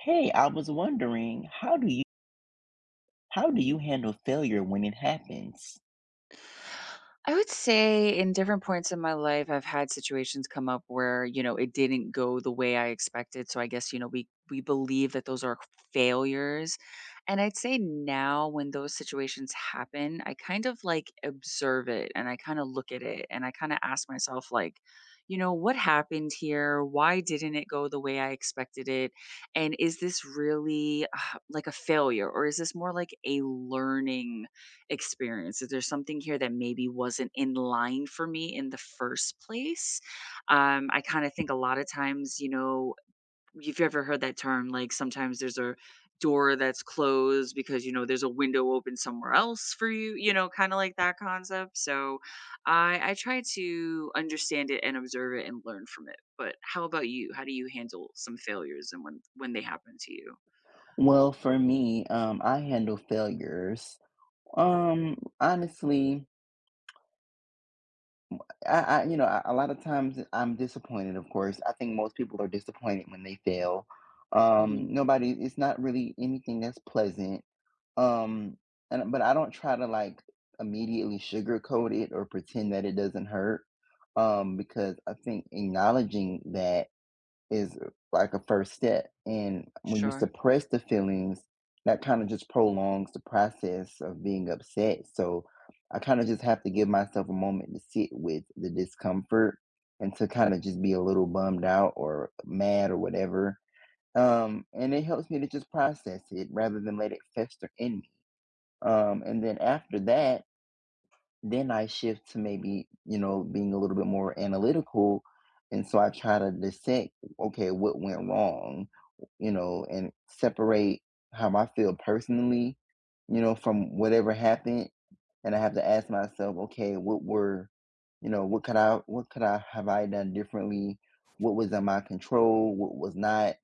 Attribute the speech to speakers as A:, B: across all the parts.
A: Hey, I was wondering, how do you handle failure when it happens?
B: I would say in different points in my life, I've had situations come up where, you know, it didn't go the way I expected. So I guess, you know, we believe that those are failures. And I'd say now when those situations happen, I kind of like observe it and I kind of look at it and I kind of ask myself like, you know, what happened here? Why didn't it go the way I expected it? And is this really like a failure or is this more like a learning experience. Is there something here that maybe wasn't in line for me in the first place? I kind of think a lot of times, you know, you've ever heard that term, like, sometimes there's a door that's closed because, you know, there's a window open somewhere else for you, you know, kinda like that concept, so I try to understand it and observe it and learn from it, but how about you? How do you handle some failures and when they happen to you?
A: Well, for me, I handle failures. Honestly, a lot of times I'm disappointed, of course. I think most people are disappointed when they fail.
B: Mhm.
A: It's not really anything that's pleasant. Um, and but I don't try to like immediately sugarcoat it or pretend that it doesn't hurt. Because I think acknowledging that is like a first step. And when you
B: Sure.
A: suppress the feelings, that kind of just prolongs the process of being upset. So I kind of just have to give myself a moment to sit with the discomfort and to kind of just be a little bummed out or mad or whatever. And it helps me to just process it rather than let it fester in me. And then after that, then I shift to maybe, you know, being a little bit more analytical, and so I try to dissect, okay, what went wrong, you know, and separate how I feel personally, you know, from whatever happened, and I have to ask myself, okay, what were, you know, what could I have I done differently? What was in my control? What was not?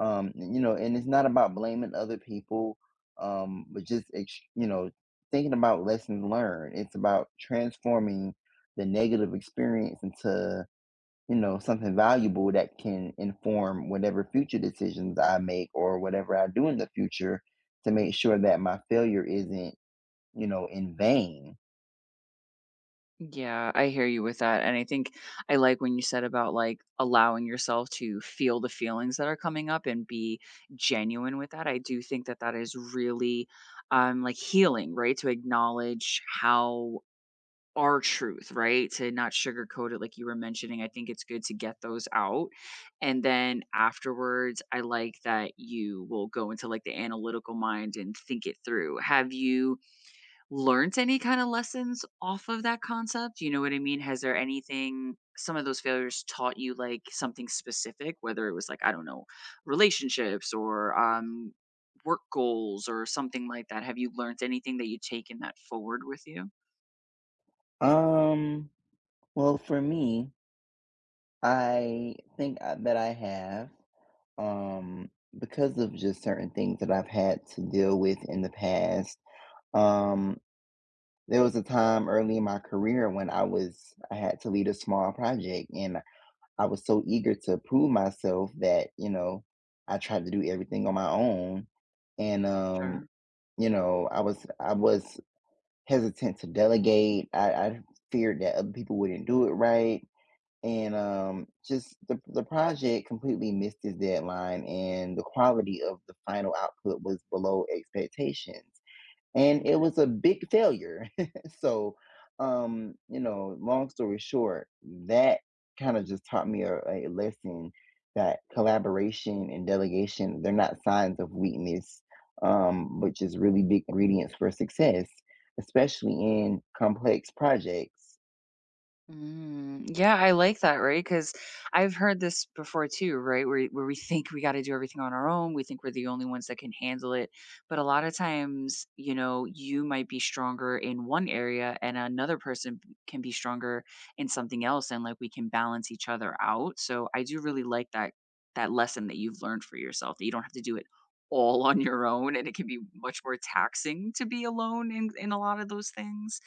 A: You know, and it's not about blaming other people, you know, thinking about lessons learned. It's about transforming the negative experience into you know something valuable that can inform whatever future decisions I make or whatever I do in the future to make sure that my failure isn't you know in vain.
B: Yeah, I hear you with that. And I think I like when you said about like allowing yourself to feel the feelings that are coming up and be genuine with that. I do think that that is really like healing, right? To acknowledge how our truth, right? To not sugarcoat it like you were mentioning. I think it's good to get those out. And then afterwards, I like that you will go into like the analytical mind and think it through. Have you learned any kind of lessons off of that concept? You know what I mean? Has there anything some of those failures taught you like something specific, whether it was like, I don't know, relationships or work goals or something like that? Have you learned anything that you taken that forward with you?
A: Um, well, for me, I think that I have. Um, because of just certain things that I've had to deal with in the past. Um, there was a time early in my career when I had to lead a small project, and I was so eager to prove myself that you know I tried to do everything on my own, and
B: Sure.
A: you know I was hesitant to delegate. I feared that other people wouldn't do it right and just the project completely missed its deadline, and the quality of the final output was below expectations, and it was a big failure. So, you know, long story short, that kind of just taught me a lesson that collaboration and delegation they're not signs of weakness, which is really big ingredients for success, especially in complex projects.
B: Mm, yeah, I like that, right? Because 'Cause I've heard this before too, right? Where we think we gotta do everything on our own, we think we're the only ones that can handle it, but a lot of times, you know, you might be stronger in one area and another person can be stronger in something else, and like we can balance each other out. So I do really like that that lesson that you've learned for yourself that you don't have to do it all on your own, and it can be much more taxing to be alone in a lot of those things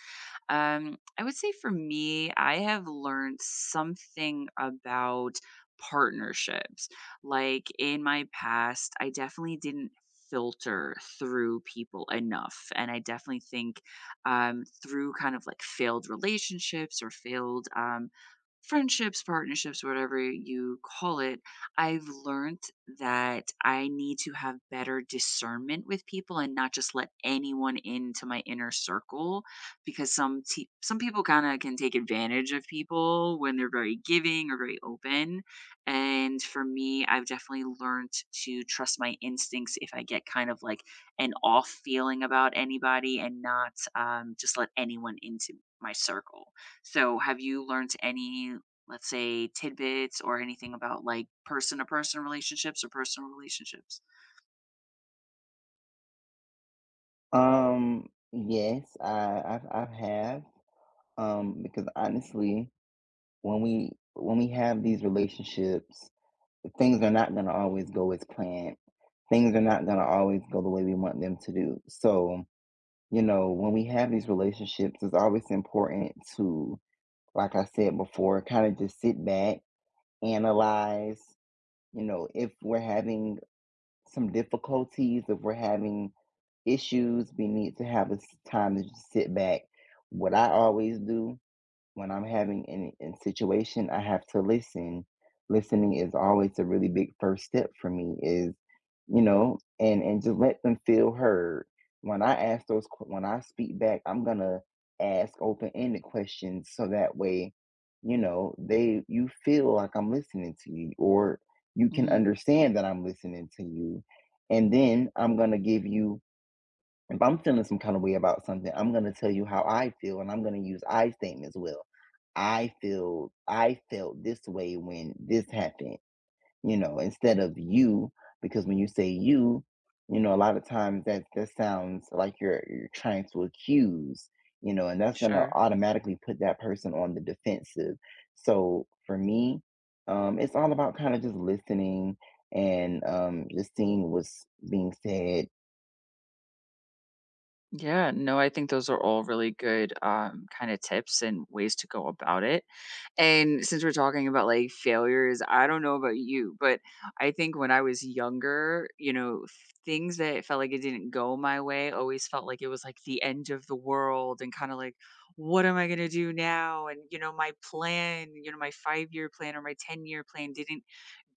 B: I would say for me, I have learned something about partnerships. Like in my past, I definitely didn't filter through people enough. And I definitely think through kind of like failed relationships or failed friendships, partnerships, whatever you call it, I've learned that I need to have better discernment with people and not just let anyone into my inner circle because some people kind of can take advantage of people when they're very giving or very open. And for me, I've definitely learned to trust my instincts if I get kind of like an off feeling about anybody and not just let anyone into my circle. So have you learned any, let's say, tidbits or anything about like person to person relationships or personal relationships?
A: Yes, I've have, because honestly, when we have these relationships, things are not gonna always go as planned. Things are not gonna always go the way we want them to do. So, you know, when we have these relationships, it's always important to, like I said before, kind of just sit back, analyze, you know, if we're having some difficulties, if we're having issues, we need to have time to just sit back. What I always do when I'm having an situation, I have to listen. Listening is always a really big first step for me. Is you know, and just let them feel heard. When I speak back, I'm gonna ask open ended questions so that way, you know, they you feel like I'm listening to you, or you can
B: Mhm.
A: understand that I'm listening to you, and then I'm gonna give you if I'm feeling some kind of way about something, I'm gonna tell you how I feel, and I'm gonna use I statements. Well, I felt this way when this happened, you know, instead of you, because when you say you, you know, a lot of times that sounds like you're trying to accuse, you know, and that's gonna
B: Sure.
A: automatically put that person on the defensive. So for me, it's all about kind of just listening and just seeing what's being said.
B: Yeah, no, I think those are all really good kind of tips and ways to go about it. And since we're talking about, like, failures, I don't know about you, but I think when I was younger, you know, things that felt like it didn't go my way always felt like it was, like, the end of the world and kinda like, "What am I gonna do now?" And, you know, my plan, you know, my five-year plan or my ten-year plan didn't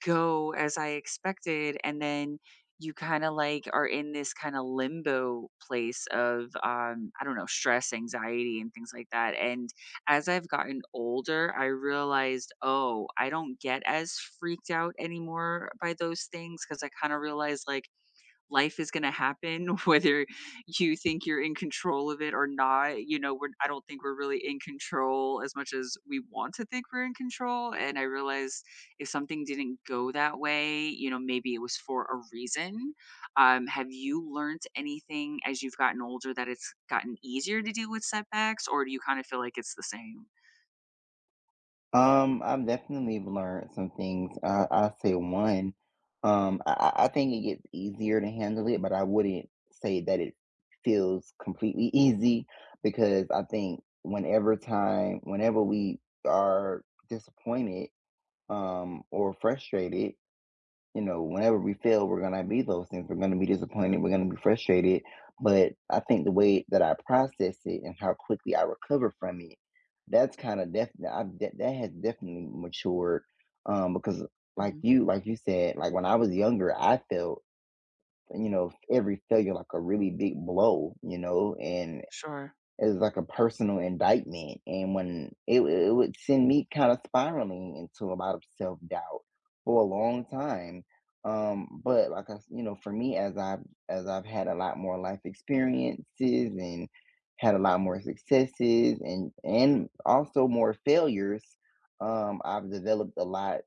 B: go as I expected. And then you kind of like are in this kind of limbo place of, I don't know, stress, anxiety, and things like that. And as I've gotten older, I realized, oh, I don't get as freaked out anymore by those things because I kind of realized, like, life is gonna happen, whether you think you're in control of it or not. You know, we're I don't think we're really in control as much as we want to think we're in control. And I realized if something didn't go that way, you know, maybe it was for a reason. Have you learned anything as you've gotten older that it's gotten easier to deal with setbacks, or do you kind of feel like it's the same?
A: I've definitely learned some things. I I'll say one, I think it gets easier to handle it, but I wouldn't say that it feels completely easy because I think whenever we are disappointed, or frustrated, you know, whenever we fail, we're gonna be those things. We're gonna be disappointed. We're gonna be frustrated. But I think the way that I process it and how quickly I recover from it, that's kind of definitely I that has definitely matured. Because
B: Mm.
A: like you said, like when I was younger, I felt you know every failure like a really big blow, you know, and
B: Sure.
A: it was like a personal indictment, and when it would send me kinda spiraling into a lot of self-doubt for a long time. But like I s You know, for me, as I've had a lot more life experiences and had a lot more successes and also more failures, um, I've developed a lot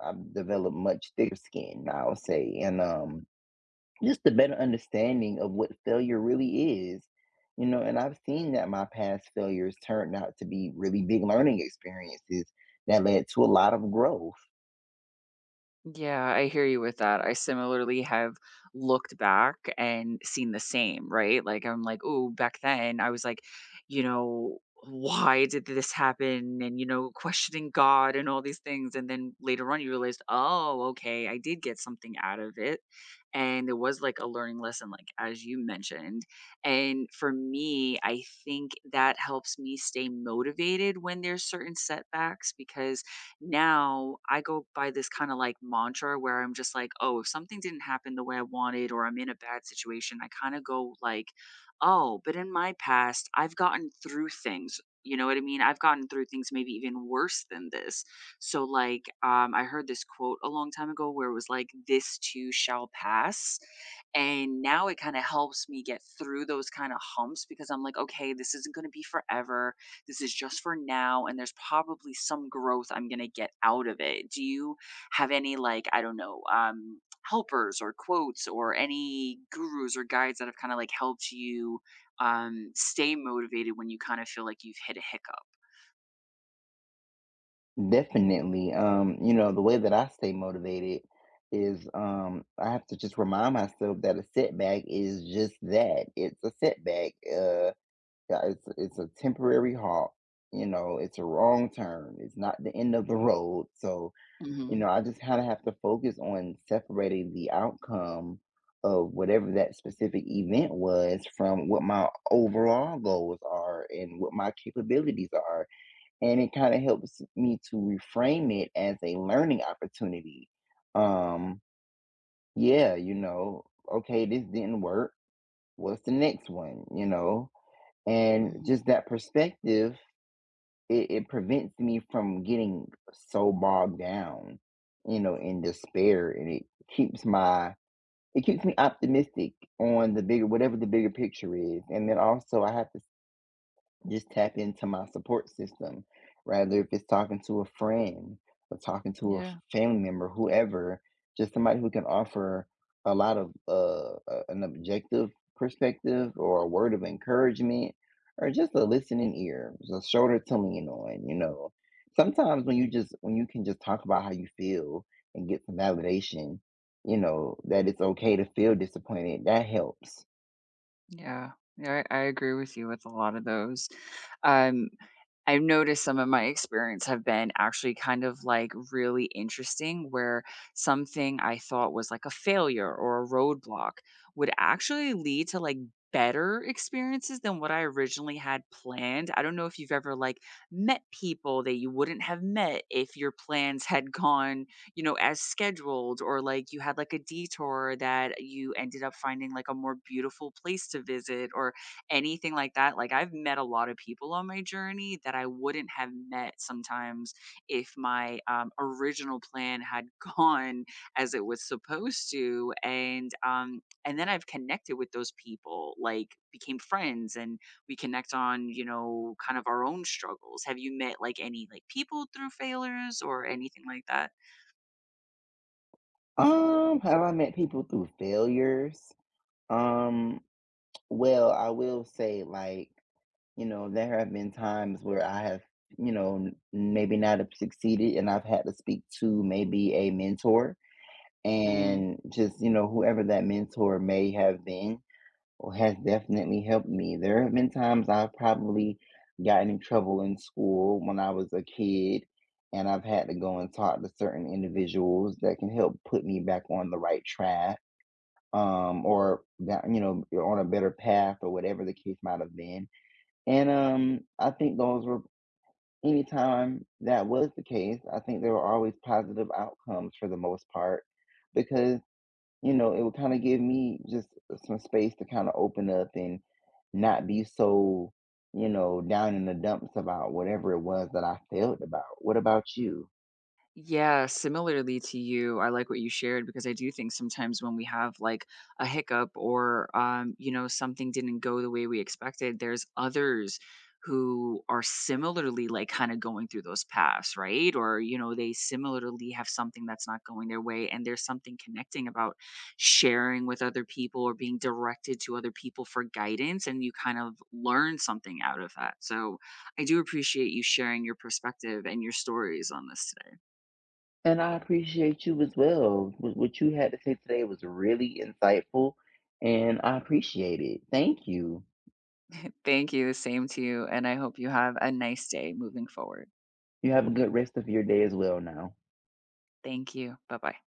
A: I've developed much thicker skin, I'll say, and just a better understanding of what failure really is, you know, and I've seen that my past failures turned out to be really big learning experiences that led to a lot of growth.
B: Yeah, I hear you with that. I similarly have looked back and seen the same, right? Like, I'm like, oh, back then I was like, you know, why did this happen? And, you know, questioning God and all these things. And then later on, you realized, oh, okay, I did get something out of it. And it was like a learning lesson, like as you mentioned. And for me, I think that helps me stay motivated when there's certain setbacks because now I go by this kind of like mantra where I'm just like, oh, if something didn't happen the way I wanted or I'm in a bad situation, I kind of go like, oh, but in my past, I've gotten through things. You know what I mean? I've gotten through things maybe even worse than this. So, like, I heard this quote a long time ago where it was like, this too shall pass. And now it kind of helps me get through those kind of humps because I'm like, okay, this isn't going to be forever, this is just for now and there's probably some growth I'm going to get out of it. Do you have any like I don't know, helpers or quotes or any gurus or guides that have kind of like helped you stay motivated when you kind of feel like you've hit a hiccup?
A: Definitely, um, you know, the way that I stay motivated is, um, I have to just remind myself that a setback is just that. It's a setback. Yeah, it's a temporary halt, you know. It's a wrong turn. It's not the end of the road. So you
B: Hmm.
A: know, I just kinda have to focus on separating the outcome of whatever that specific event was from what my overall goals are and what my capabilities are, and it kinda helps me to reframe it as a learning opportunity. Um, yeah, you know, "Okay, this didn't work. What's the next one?" You know? And
B: Hmm.
A: just that perspective, it prevents me from getting so bogged down, you know, in despair, and it keeps my it keeps me optimistic on the bigger whatever the bigger picture is, and then also I have to just tap into my support system, rather if it's talking to a friend or talking to a
B: Yeah.
A: family member, whoever, just somebody who can offer a lot of an objective perspective or a word of encouragement or just a listening ear, just a shoulder to lean on, you know, sometimes when you just when you can just talk about how you feel and get some validation, you know, that it's okay to feel disappointed, that helps.
B: Yeah. Yeah, I agree with you with a lot of those. Um, I've noticed some of my experience have been actually kind of like really interesting where something I thought was like a failure or a roadblock would actually lead to like better experiences than what I originally had planned. I don't know if you've ever like met people that you wouldn't have met if your plans had gone you know, as scheduled, or like you had like a detour that you ended up finding like a more beautiful place to visit or anything like that. Like I've met a lot of people on my journey that I wouldn't have met sometimes if my original plan had gone as it was supposed to. And then I've connected with those people, like became friends and we connect on, you know, kind of our own struggles. Have you met like any like people through failures or anything like that?
A: Um, have I met people through failures? Um, well, I will say, like, you know, there have been times where I have, you know, maybe not have succeeded and I've had to speak to maybe a mentor
B: Mm.
A: and just, you know, whoever that mentor may have been or has definitely helped me. There have been times I've probably gotten in trouble in school when I was a kid and I've had to go and talk to certain individuals that can help put me back on the right track, or that you know you're on a better path or whatever the case might have been. And I think those were anytime that was the case, I think there were always positive outcomes for the most part because you know it would kind of give me just some space to kind of open up and not be so you know down in the dumps about whatever it was that I failed about. What about you?
B: Yeah, similarly to you, I like what you shared because I do think sometimes when we have like a hiccup or you know, something didn't go the way we expected, there's others who are similarly like kind of going through those paths, right? Or, you know, they similarly have something that's not going their way and there's something connecting about sharing with other people or being directed to other people for guidance and you kind of learn something out of that. So, I do appreciate you sharing your perspective and your stories on this today.
A: And I appreciate you as well. What you had to say today was really insightful, and I appreciate it. Thank you.
B: Thank you. Same to you, and I hope you have a nice day moving forward.
A: You have a good rest of your day as well now.
B: Thank you. Bye-bye.